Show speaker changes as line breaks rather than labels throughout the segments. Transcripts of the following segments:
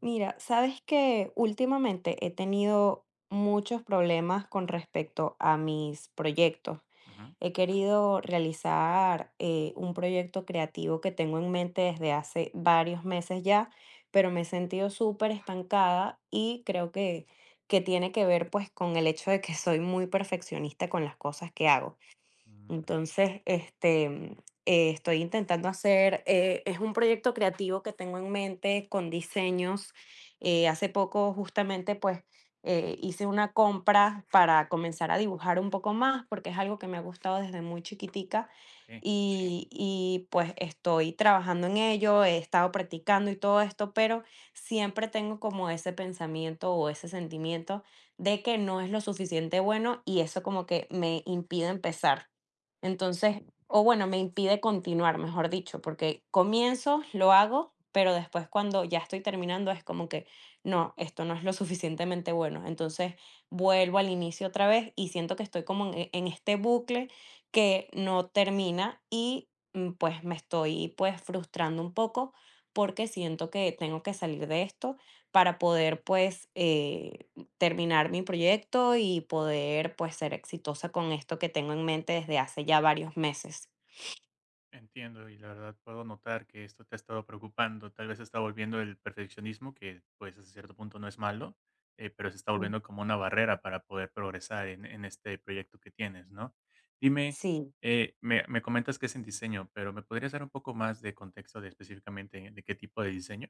Mira, sabes que últimamente he tenido muchos problemas con respecto a mis proyectos.
Ujú.
He querido realizar un proyecto creativo que tengo en mente desde hace varios meses ya, pero me he sentido súper estancada y creo que tiene que ver pues con el hecho de que soy muy perfeccionista con las cosas que hago.
Mm,
Entonces, estoy intentando hacer, es un proyecto creativo que tengo en mente con diseños. Hace poco justamente hice una compra para comenzar a dibujar un poco más porque es algo que me ha gustado desde muy chiquitica
sí,
y pues estoy trabajando en ello, he estado practicando y todo esto, pero siempre tengo como ese pensamiento o ese sentimiento de que no es lo suficiente bueno y eso como que me impide empezar. Entonces, o bueno, me impide continuar, mejor dicho, porque comienzo, lo hago, pero después cuando ya estoy terminando es como que no, esto no es lo suficientemente bueno. Entonces vuelvo al inicio otra vez y siento que estoy como en este bucle que no termina y pues me estoy pues frustrando un poco porque siento que tengo que salir de esto para poder terminar mi proyecto y poder, pues, ser exitosa con esto que tengo en mente desde hace ya varios meses.
entiendo y la verdad puedo notar que esto te ha estado preocupando. Tal vez se está volviendo el perfeccionismo, que pues a cierto punto no es malo, pero se está
Mm.
volviendo como una barrera para poder progresar en este proyecto que tienes, ¿no? Dime,
Sí.
me comentas que es en diseño, pero ¿me podrías dar un poco más de contexto de específicamente de qué tipo de diseño?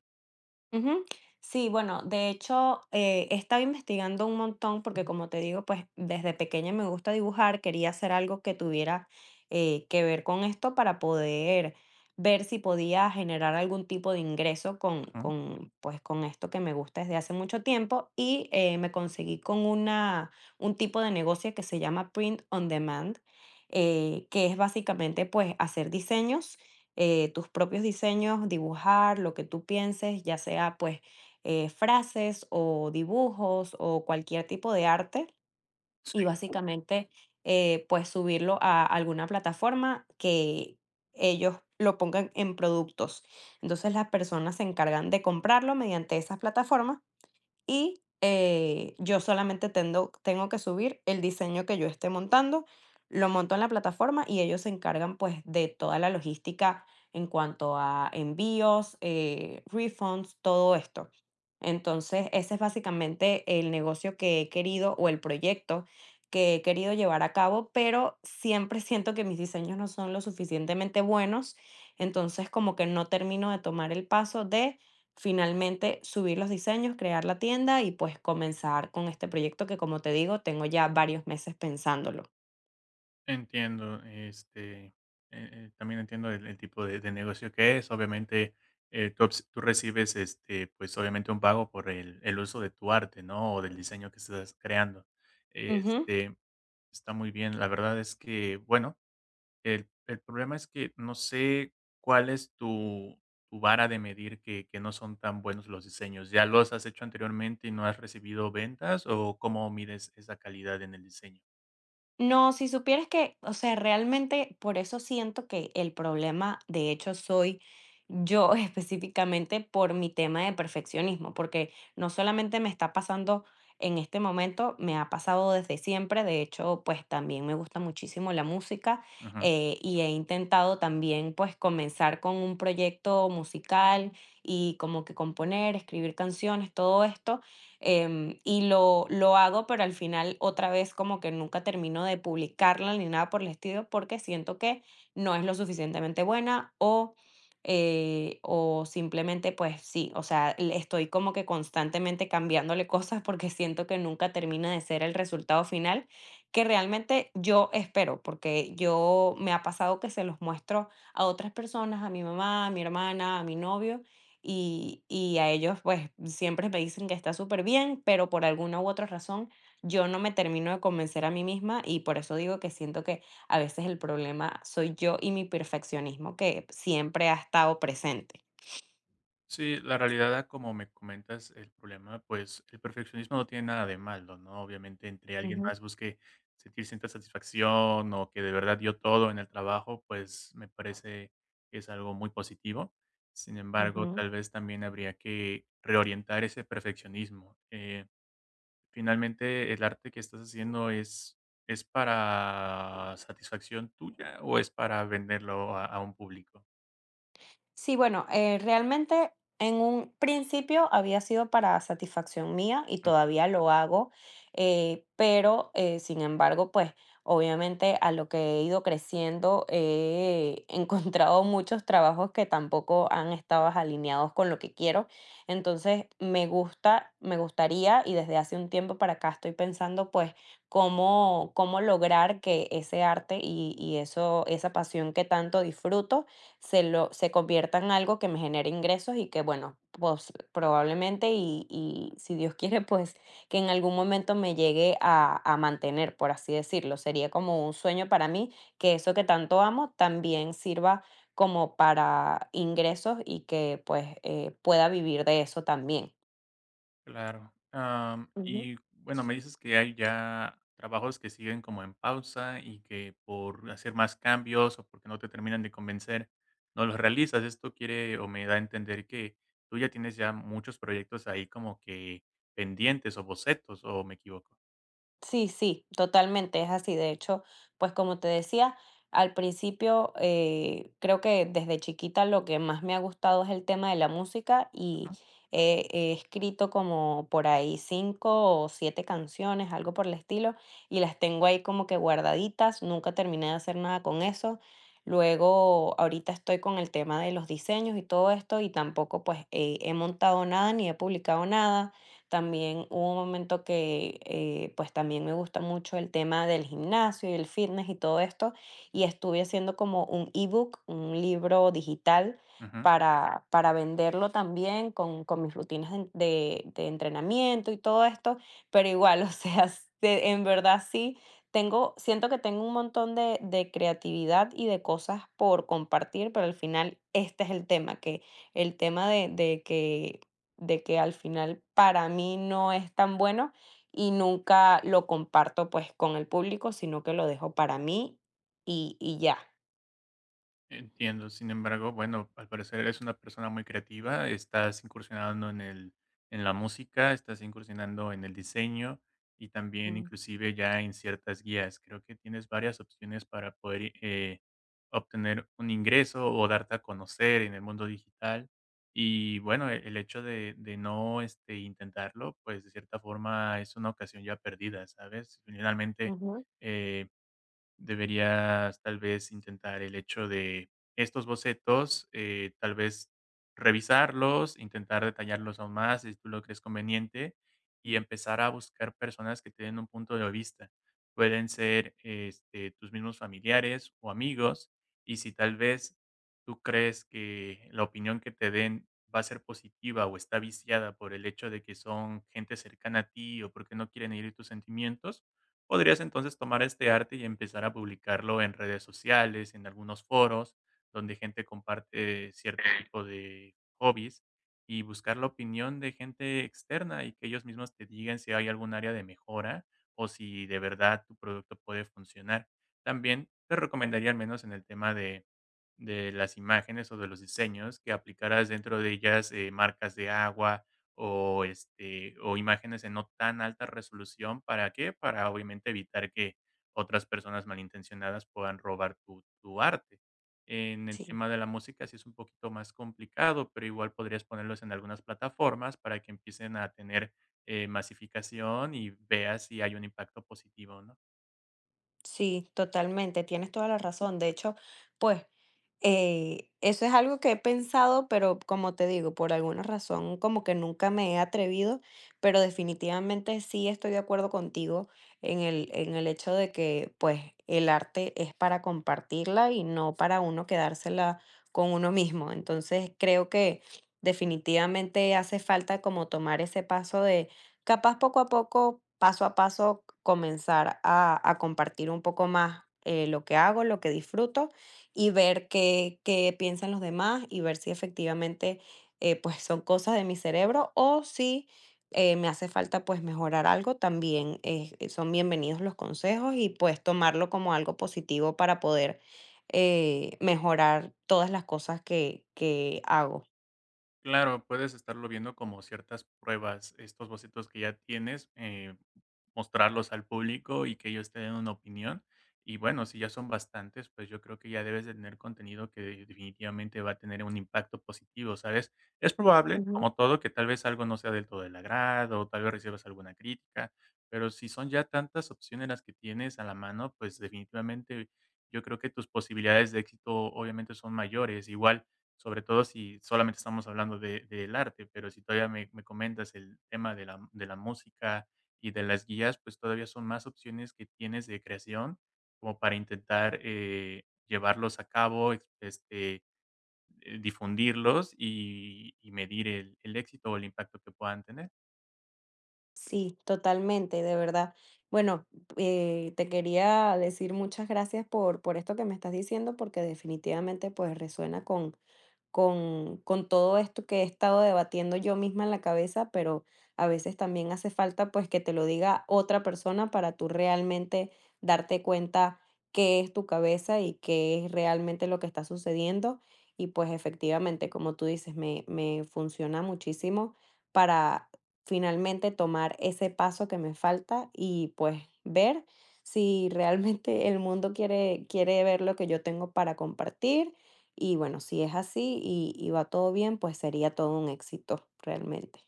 Ujú. Sí, bueno, de hecho, he estado investigando un montón porque como te digo, pues desde pequeña me gusta dibujar, quería hacer algo que tuviera que ver con esto para poder ver si podía generar algún tipo de ingreso
Ujú.
pues, con esto que me gusta desde hace mucho tiempo y me conseguí con una, un tipo de negocio que se llama Print on Demand, que es básicamente pues hacer diseños, tus propios diseños, dibujar lo que tú pienses, ya sea frases o dibujos o cualquier tipo de arte y básicamente, pues subirlo a alguna plataforma que ellos lo pongan en productos. Entonces las personas se encargan de comprarlo mediante esas plataformas y yo solamente tengo que subir el diseño que yo esté montando, lo monto en la plataforma y ellos se encargan pues de toda la logística en cuanto a envíos, refunds, todo esto. Entonces, ese es básicamente el negocio que he querido o el proyecto que he querido llevar a cabo, pero siempre siento que mis diseños no son lo suficientemente buenos, entonces como que no termino de tomar el paso de finalmente subir los diseños, crear la tienda y pues comenzar con este proyecto que como te digo, tengo ya varios meses pensándolo.
Entiendo, este, también entiendo el tipo de negocio que es. Obviamente, tú, tú recibes, este, pues obviamente un pago por el uso de tu arte, ¿no? O del diseño que estás creando.
Ujú.
Este, está muy bien. La verdad es que, bueno, el problema es que no sé cuál es tu, tu vara de medir que no son tan buenos los diseños. ¿Ya los has hecho anteriormente y no has recibido ventas? ¿O cómo mides esa calidad en el diseño?
No, si supieras que, o sea, realmente por eso siento que el problema, de hecho, soy yo específicamente por mi tema de perfeccionismo, porque no solamente me está pasando en este momento, me ha pasado desde siempre, de hecho, pues también me gusta muchísimo la música, y he intentado también pues comenzar con un proyecto musical y como que componer, escribir canciones, todo esto, y lo hago, pero al final otra vez como que nunca termino de publicarla ni nada por el estilo porque siento que no es lo suficientemente buena o simplemente pues sí, o sea, estoy como que constantemente cambiándole cosas porque siento que nunca termina de ser el resultado final que realmente yo espero porque yo me ha pasado que se los muestro a otras personas, a mi mamá, a mi hermana, a mi novio y a ellos, pues, siempre me dicen que está súper bien pero por alguna u otra razón yo no me termino de convencer a mí misma y por eso digo que siento que a veces el problema soy yo y mi perfeccionismo que siempre ha estado presente.
Sí, la realidad, como me comentas el problema, pues, el perfeccionismo no tiene nada de malo, ¿no? Obviamente, entre alguien
Ujú,
más busque sentir cierta satisfacción o que de verdad dio todo en el trabajo, pues, me parece que es algo muy positivo. Sin embargo,
ujú.
tal vez también habría que reorientar ese perfeccionismo. Finalmente, ¿el arte que estás haciendo es para satisfacción tuya o es para venderlo a un público?
Sí, bueno, realmente en un principio había sido para satisfacción mía y todavía lo hago, pero sin embargo, pues obviamente a lo que he ido creciendo he encontrado muchos trabajos que tampoco han estado alineados con lo que quiero. Entonces, me gusta, me gustaría y desde hace un tiempo para acá estoy pensando pues cómo lograr que ese arte y eso, esa pasión que tanto disfruto se convierta en algo que me genere ingresos y que, bueno, pues, probablemente si Dios quiere, pues, que en algún momento me llegue a mantener, por así decirlo. Sería como un sueño para mí, que eso que tanto amo también sirva como para ingresos y que, pues, pueda vivir de eso también.
Claro. Y bueno, me dices que hay ya trabajos que siguen como en pausa y que por hacer más cambios o porque no te terminan de convencer, no los realizas. Esto quiere o me da a entender que tú ya tienes ya muchos proyectos ahí como que pendientes o bocetos, o me equivoco.
Sí, sí, totalmente, es así. De hecho, pues como te decía, al principio creo que desde chiquita lo que más me ha gustado es el tema de la música y
Ujú.
he escrito como por ahí cinco o siete canciones, algo por el estilo, y las tengo ahí como que guardaditas. Nunca terminé de hacer nada con eso. Luego, ahorita estoy con el tema de los diseños y todo esto y tampoco he montado nada ni he publicado nada. También hubo un momento que, pues también me gusta mucho el tema del gimnasio y el fitness y todo esto, y estuve haciendo como un ebook, un libro digital
Ujú.
para venderlo también con mis rutinas de entrenamiento y todo esto, pero igual, o sea, en verdad sí, tengo, siento que tengo un montón de creatividad y de cosas por compartir, pero al final este es el tema, que el tema de que al final para mí no es tan bueno y nunca lo comparto pues con el público, sino que lo dejo para mí y ya.
Entiendo, sin embargo, bueno, al parecer eres una persona muy creativa, estás incursionando en la música, estás incursionando en el diseño y también
Mm,
inclusive ya en ciertas guías. Creo que tienes varias opciones para poder obtener un ingreso o darte a conocer en el mundo digital. Y bueno, el hecho de no este, intentarlo, pues de cierta forma es una ocasión ya perdida, ¿sabes? Finalmente,
ujú.
eh, deberías tal vez intentar el hecho de estos bocetos, tal vez revisarlos, intentar detallarlos aún más si tú lo crees conveniente y empezar a buscar personas que te den un punto de vista. Pueden ser este, tus mismos familiares o amigos y si tal vez tú crees que la opinión que te den va a ser positiva o está viciada por el hecho de que son gente cercana a ti o porque no quieren herir tus sentimientos, podrías entonces tomar este arte y empezar a publicarlo en redes sociales, en algunos foros, donde gente comparte cierto tipo de hobbies y buscar la opinión de gente externa y que ellos mismos te digan si hay algún área de mejora o si de verdad tu producto puede funcionar. También te recomendaría, al menos en el tema de las imágenes o de los diseños, que aplicaras dentro de ellas marcas de agua, o, este, o imágenes en no tan alta resolución. ¿Para qué? Para obviamente evitar que otras personas malintencionadas puedan robar tu arte. En el
Sí.
tema de la música sí es un poquito más complicado, pero igual podrías ponerlos en algunas plataformas para que empiecen a tener masificación y veas si hay un impacto positivo, ¿no?
Sí, totalmente, tienes toda la razón. De hecho, pues eso es algo que he pensado, pero como te digo, por alguna razón como que nunca me he atrevido, pero definitivamente sí estoy de acuerdo contigo en el hecho de que pues el arte es para compartirla y no para uno quedársela con uno mismo. Entonces creo que definitivamente hace falta como tomar ese paso. Capaz poco a poco, paso a paso, comenzar a compartir un poco más, lo que hago, lo que disfruto, y ver qué piensan los demás, y ver si efectivamente, pues, son cosas de mi cerebro, o si, me hace falta, pues, mejorar algo, también, son bienvenidos los consejos y, pues, tomarlo como algo positivo para poder, mejorar todas las cosas que hago.
Claro, puedes estarlo viendo como ciertas pruebas, estos bocetos que ya tienes, mostrarlos al público y que ellos te den una opinión. Y bueno, si ya son bastantes, pues yo creo que ya debes de tener contenido que definitivamente va a tener un impacto positivo, ¿sabes? Es probable, como todo, que tal vez algo no sea del todo del agrado, o tal vez recibas alguna crítica, pero si son ya tantas opciones las que tienes a la mano, pues definitivamente yo creo que tus posibilidades de éxito obviamente son mayores. Igual sobre todo si solamente estamos hablando de del arte, pero si todavía me comentas el tema de la música y de las guías, pues todavía son más opciones que tienes de creación como para intentar, llevarlos a cabo, ex este, difundirlos y medir el éxito o el impacto que puedan tener.
Sí, totalmente, de verdad. Bueno, te quería decir muchas gracias por esto que me estás diciendo, porque definitivamente pues resuena con todo esto que he estado debatiendo yo misma en la cabeza, pero a veces también hace falta pues que te lo diga otra persona para tú realmente darte cuenta qué es tu cabeza y qué es realmente lo que está sucediendo. Y pues efectivamente, como tú dices, me funciona muchísimo para finalmente tomar ese paso que me falta y pues ver si realmente el mundo quiere, quiere ver lo que yo tengo para compartir y bueno, si es así y va todo bien, pues sería todo un éxito realmente.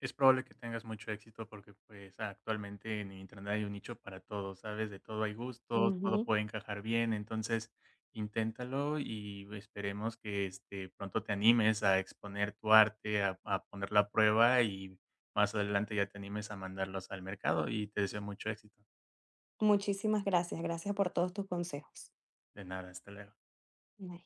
Es probable que tengas mucho éxito porque, pues, actualmente en internet hay un nicho para todo, ¿sabes? De todo hay gustos, todo
Ujú.
puede encajar bien, entonces inténtalo y esperemos que, este, pronto te animes a exponer tu arte, a ponerlo a prueba y más adelante ya te animes a mandarlos al mercado y te deseo mucho éxito.
Muchísimas gracias. Gracias por todos tus consejos.
De nada, hasta luego.
Bye.